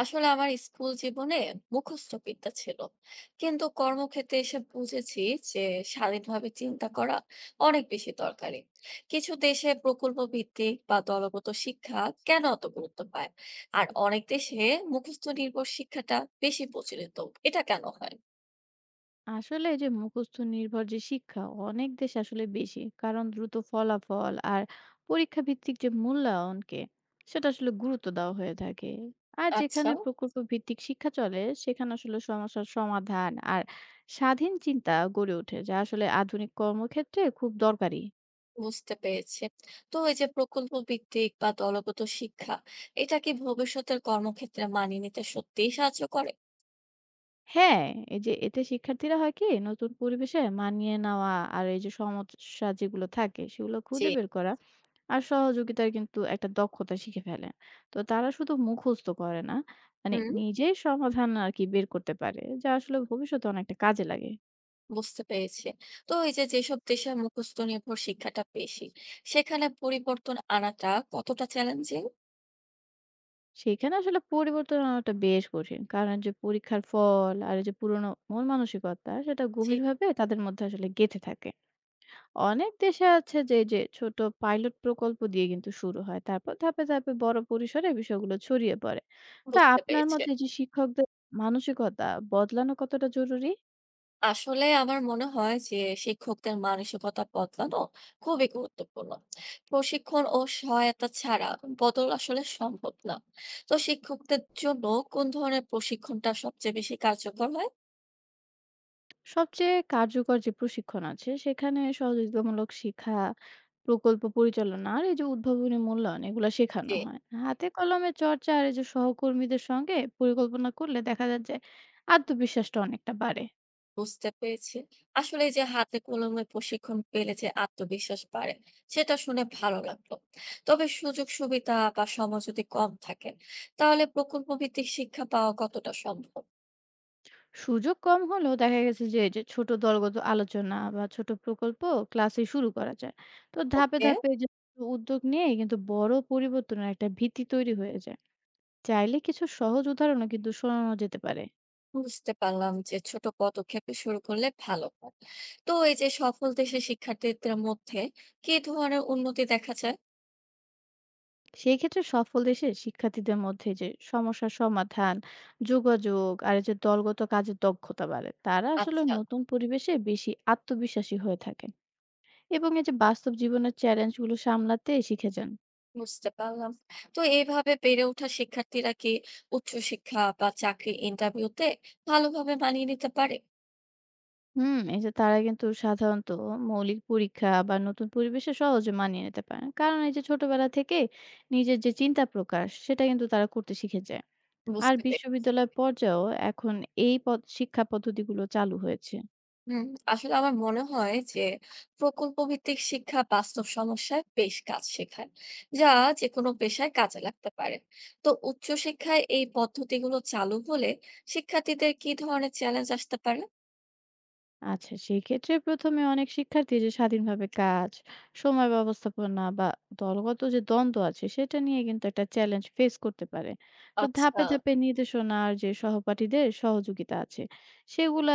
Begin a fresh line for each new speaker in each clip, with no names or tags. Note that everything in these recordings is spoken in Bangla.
আসলে আমার স্কুল জীবনে মুখস্থ বিদ্যা ছিল, কিন্তু কর্মক্ষেত্রে এসে বুঝেছি যে স্বাধীনভাবে চিন্তা করা অনেক বেশি দরকারি। কিছু দেশে প্রকল্প ভিত্তিক বা দলগত শিক্ষা কেন অত গুরুত্ব পায়, আর অনেক দেশে মুখস্থ নির্ভর শিক্ষাটা বেশি প্রচলিত? এটা কেন হয়?
আসলে এই যে মুখস্থ নির্ভর যে শিক্ষা অনেক দেশে আসলে বেশি, কারণ দ্রুত ফলাফল আর পরীক্ষা ভিত্তিক যে মূল্যায়নকে সেটা আসলে গুরুত্ব দেওয়া হয়ে থাকে। আর
আচ্ছা,
যেখানে প্রকল্প ভিত্তিক শিক্ষা চলে সেখানে আসলে সমস্যার সমাধান আর স্বাধীন চিন্তা গড়ে ওঠে, যা আসলে আধুনিক কর্মক্ষেত্রে খুব দরকারি।
বুঝতে পেরেছি। তো এই যে প্রকল্প ভিত্তিক বা দলগত শিক্ষা, এটা কি ভবিষ্যতের কর্মক্ষেত্রে মানিয়ে নিতে সত্যিই সাহায্য করে?
হ্যাঁ, এই যে এতে শিক্ষার্থীরা হয় কি নতুন পরিবেশে মানিয়ে নেওয়া আর এই যে সমস্যা যেগুলো থাকে সেগুলো
যে
খুঁজে বের করা আর সহযোগিতার কিন্তু একটা দক্ষতা শিখে ফেলে। তো তারা শুধু মুখস্থ করে না, মানে নিজের সমাধান আরকি বের করতে পারে, যা আসলে ভবিষ্যতে অনেকটা কাজে লাগে।
বুঝতে পেরেছি। তো এই যে যেসব দেশে মুখস্থ নির্ভর শিক্ষাটা বেশি, সেখানে পরিবর্তন আনাটা কতটা চ্যালেঞ্জিং?
সেখানে আসলে পরিবর্তন আনাটা বেশ কঠিন। কারণ যে পরীক্ষার ফল আর এই যে পুরনো মন মানসিকতা সেটা
জি।
গভীরভাবে তাদের মধ্যে আসলে গেঁথে থাকে। অনেক দেশে আছে যে এই যে ছোট পাইলট প্রকল্প দিয়ে কিন্তু শুরু হয়। তারপর ধাপে, ধাপে বড় পরিসরে বিষয়গুলো ছড়িয়ে পড়ে। তা
বুঝতে
আপনার
পেরেছি।
মতে যে শিক্ষকদের মানসিকতা বদলানো কতটা জরুরি?
আসলে আমার মনে হয় যে শিক্ষকদের মানসিকতা বদলানো খুবই গুরুত্বপূর্ণ। প্রশিক্ষণ ও সহায়তা ছাড়া বদল আসলে সম্ভব না। তো শিক্ষকদের জন্য কোন ধরনের প্রশিক্ষণটা সবচেয়ে বেশি কার্যকর হয়?
সবচেয়ে কার্যকর যে প্রশিক্ষণ আছে সেখানে সহযোগিতামূলক শিক্ষা, প্রকল্প পরিচালনা আর এই যে উদ্ভাবনী মূল্যায়ন এগুলো শেখানো
জি।
হয়। হাতে কলমে চর্চা আর এই যে সহকর্মীদের সঙ্গে পরিকল্পনা করলে দেখা যায় যে আত্মবিশ্বাসটা অনেকটা বাড়ে।
বুঝতে পেরেছি। আসলে এই যে হাতে কলমে প্রশিক্ষণ পেলে যে আত্মবিশ্বাস বাড়ে, সেটা শুনে ভালো লাগলো। তবে সুযোগ সুবিধা বা সময় যদি কম থাকে, তাহলে প্রকল্প ভিত্তিক শিক্ষা পাওয়া কতটা সম্ভব?
সুযোগ কম হলেও দেখা গেছে যে এই যে ছোট দলগত আলোচনা বা ছোট প্রকল্প ক্লাসে শুরু করা যায়। তো ধাপে
ওকে,
ধাপে এই যে উদ্যোগ নিয়ে কিন্তু বড় পরিবর্তনের একটা ভিত্তি তৈরি হয়ে যায়। চাইলে কিছু সহজ উদাহরণও কিন্তু শোনানো যেতে পারে।
বুঝতে পারলাম যে ছোট পদক্ষেপে শুরু করলে ভালো হয়। তো এই যে সফল দেশের শিক্ষার্থীদের মধ্যে কি ধরনের উন্নতি দেখা যায়?
সেই ক্ষেত্রে সফল দেশের শিক্ষার্থীদের মধ্যে যে সমস্যা সমাধান, যোগাযোগ আর এই যে দলগত কাজের দক্ষতা বাড়ে। তারা আসলে
আচ্ছা,
নতুন পরিবেশে বেশি আত্মবিশ্বাসী হয়ে থাকেন এবং এই যে বাস্তব জীবনের চ্যালেঞ্জগুলো সামলাতে শিখে যান।
বুঝতে পারলাম। তো এইভাবে বেড়ে ওঠা শিক্ষার্থীরা কি উচ্চশিক্ষা বা চাকরি ইন্টারভিউতে ভালোভাবে মানিয়ে নিতে পারে?
হুম, এই যে তারা কিন্তু সাধারণত মৌলিক পরীক্ষা বা নতুন পরিবেশে সহজে মানিয়ে নিতে পারেন, কারণ এই যে ছোটবেলা থেকে নিজের যে চিন্তা প্রকাশ সেটা কিন্তু তারা করতে শিখে যায়। আর
বুঝতে পেরেছি।
বিশ্ববিদ্যালয় পর্যায়েও এখন এই শিক্ষা পদ্ধতিগুলো চালু হয়েছে।
হুম, আসলে আমার মনে হয় যে প্রকল্প ভিত্তিক শিক্ষা বাস্তব সমস্যায় বেশ কাজ শেখায়, যা যে কোনো পেশায় কাজে লাগতে পারে। তো উচ্চশিক্ষায় এই পদ্ধতিগুলো চালু হলে শিক্ষার্থীদের কি ধরনের চ্যালেঞ্জ আসতে পারে?
আচ্ছা, সেক্ষেত্রে ১ম এ অনেক শিক্ষার্থী যে স্বাধীনভাবে কাজ, সময় ব্যবস্থাপনা বা দলগত যে দ্বন্দ্ব আছে সেটা নিয়ে কিন্তু একটা চ্যালেঞ্জ ফেস করতে পারে। তো ধাপে,
আচ্ছা।
ধাপে নির্দেশনা আর যে সহপাঠীদের সহযোগিতা আছে সেগুলা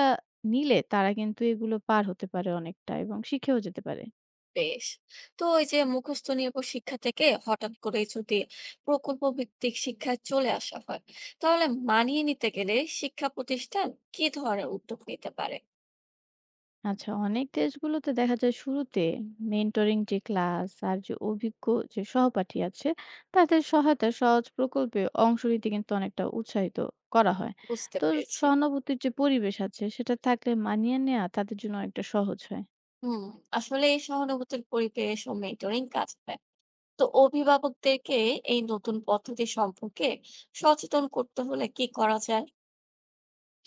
নিলে তারা কিন্তু এগুলো পার হতে পারে অনেকটা এবং শিখেও যেতে পারে।
বেশ। তো এই যে মুখস্থ নির্ভর শিক্ষা থেকে হঠাৎ করে যদি প্রকল্প ভিত্তিক শিক্ষায় চলে আসা হয়, তাহলে মানিয়ে নিতে গেলে শিক্ষা প্রতিষ্ঠান কি ধরনের উদ্যোগ নিতে পারে?
আচ্ছা, অনেক দেশগুলোতে দেখা যায় শুরুতে মেন্টরিং যে ক্লাস আর যে অভিজ্ঞ যে সহপাঠী আছে তাদের সহায়তা, সহজ প্রকল্পে অংশ নিতে কিন্তু অনেকটা উৎসাহিত করা হয়।
বুঝতে
তো
পেরেছি।
সহানুভূতির যে পরিবেশ আছে সেটা থাকলে মানিয়ে নেওয়া তাদের জন্য অনেকটা সহজ হয়।
হুম, আসলে এই সহানুভূতির পরিবেশ ও মেন্টরিং কাজ দেয়। তো অভিভাবকদেরকে এই নতুন পদ্ধতি সম্পর্কে সচেতন করতে হলে কি করা যায়?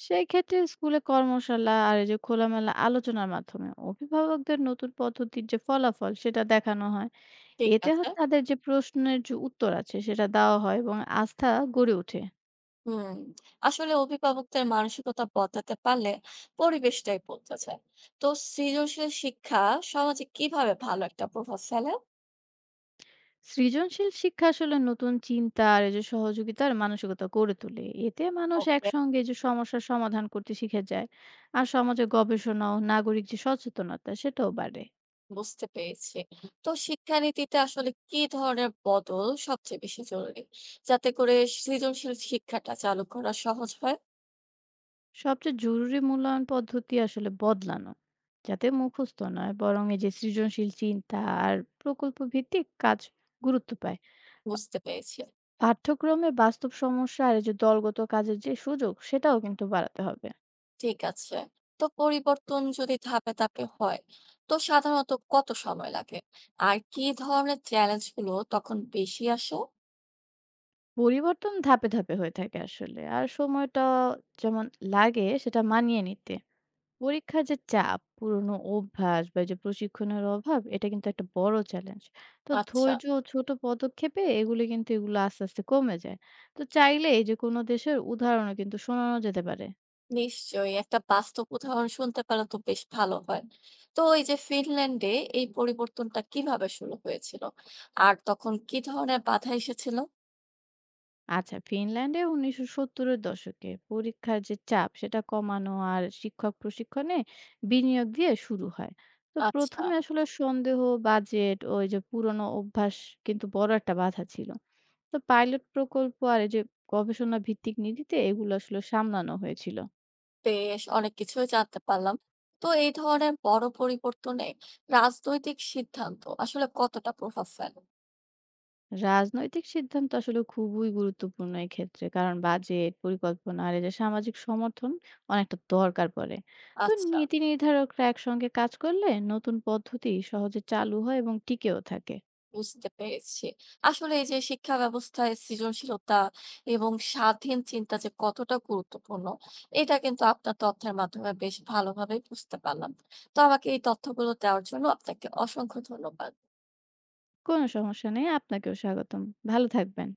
সেই ক্ষেত্রে স্কুলে কর্মশালা আর এই যে খোলামেলা আলোচনার মাধ্যমে অভিভাবকদের নতুন পদ্ধতির যে ফলাফল সেটা দেখানো হয়।
ঠিক
এতে
আছে।
তাদের যে প্রশ্নের যে উত্তর আছে সেটা দেওয়া হয় এবং আস্থা গড়ে ওঠে।
হুম, আসলে অভিভাবকদের মানসিকতা বদলাতে পারলে পরিবেশটাই বদলে যায়। তো সৃজনশীল শিক্ষা সমাজে কিভাবে ভালো একটা প্রভাব ফেলে?
সৃজনশীল শিক্ষা আসলে নতুন চিন্তা আর এই যে সহযোগিতার মানসিকতা গড়ে তোলে। এতে মানুষ
ওকে,
একসঙ্গে এই যে সমস্যার সমাধান করতে শিখে যায় আর সমাজে গবেষণা ও নাগরিক যে সচেতনতা সেটাও বাড়ে।
বুঝতে পেরেছি। তো শিক্ষানীতিতে আসলে কি ধরনের বদল সবচেয়ে বেশি জরুরি, যাতে করে সৃজনশীল শিক্ষাটা চালু করা সহজ হয়?
সবচেয়ে জরুরি মূল্যায়ন পদ্ধতি আসলে বদলানো, যাতে মুখস্থ নয় বরং এই যে সৃজনশীল চিন্তা আর প্রকল্প ভিত্তিক কাজ গুরুত্ব পায়।
বুঝতে পেরেছি।
পাঠ্যক্রমে বাস্তব সমস্যা আর এই যে দলগত কাজের যে সুযোগ সেটাও কিন্তু বাড়াতে হবে।
ঠিক আছে। তো পরিবর্তন যদি ধাপে, ধাপে হয়, তো সাধারণত কত সময় লাগে? আর কি ধরনের চ্যালেঞ্জ গুলো তখন বেশি আসে?
পরিবর্তন ধাপে, ধাপে হয়ে থাকে আসলে। আর সময়টা যেমন লাগে সেটা মানিয়ে নিতে। পরীক্ষার যে চাপ, পুরনো অভ্যাস বা এই যে প্রশিক্ষণের অভাব এটা কিন্তু একটা বড় চ্যালেঞ্জ। তো
আচ্ছা,
ধৈর্য ও ছোট পদক্ষেপে এগুলো কিন্তু এগুলো আস্তে, আস্তে কমে যায়। তো চাইলে এই যে কোন দেশের উদাহরণও কিন্তু শোনানো যেতে পারে।
নিশ্চয়ই। একটা বাস্তব উদাহরণ শুনতে পারলে তো বেশ ভালো হয়। তো এই যে ফিনল্যান্ডে এই পরিবর্তনটা কিভাবে শুরু হয়েছিল? আর তখন কি ধরনের বাধা এসেছিল?
আচ্ছা, ফিনল্যান্ডে ১৯৭০ এর দশকে পরীক্ষার যে চাপ সেটা কমানো আর শিক্ষক প্রশিক্ষণে বিনিয়োগ দিয়ে শুরু হয়। তো ১ম
আচ্ছা,
এ আসলে সন্দেহ, বাজেট ও এই যে পুরনো অভ্যাস কিন্তু বড় একটা বাধা ছিল। তো পাইলট প্রকল্প আর এই যে গবেষণা ভিত্তিক নীতিতে এগুলো আসলে সামলানো হয়েছিল।
বেশ অনেক কিছুই জানতে পারলাম। তো এই ধরনের বড় পরিবর্তনে রাজনৈতিক সিদ্ধান্ত আসলে কতটা প্রভাব ফেলে?
রাজনৈতিক সিদ্ধান্ত আসলে খুবই গুরুত্বপূর্ণ এক্ষেত্রে, কারণ বাজেট পরিকল্পনা আর এই যে সামাজিক সমর্থন অনেকটা দরকার পড়ে। তো
আচ্ছা,
নীতি নির্ধারকরা একসঙ্গে কাজ করলে নতুন পদ্ধতি সহজে চালু হয় এবং টিকেও থাকে।
বুঝতে পেরেছি। আসলে এই যে শিক্ষা ব্যবস্থায় সৃজনশীলতা এবং স্বাধীন চিন্তা যে কতটা গুরুত্বপূর্ণ, এটা কিন্তু আপনার তথ্যের মাধ্যমে বেশ ভালোভাবে বুঝতে পারলাম। তো আমাকে এই তথ্যগুলো দেওয়ার জন্য আপনাকে অসংখ্য ধন্যবাদ।
কোনো সমস্যা নেই, আপনাকেও স্বাগতম। ভালো থাকবেন।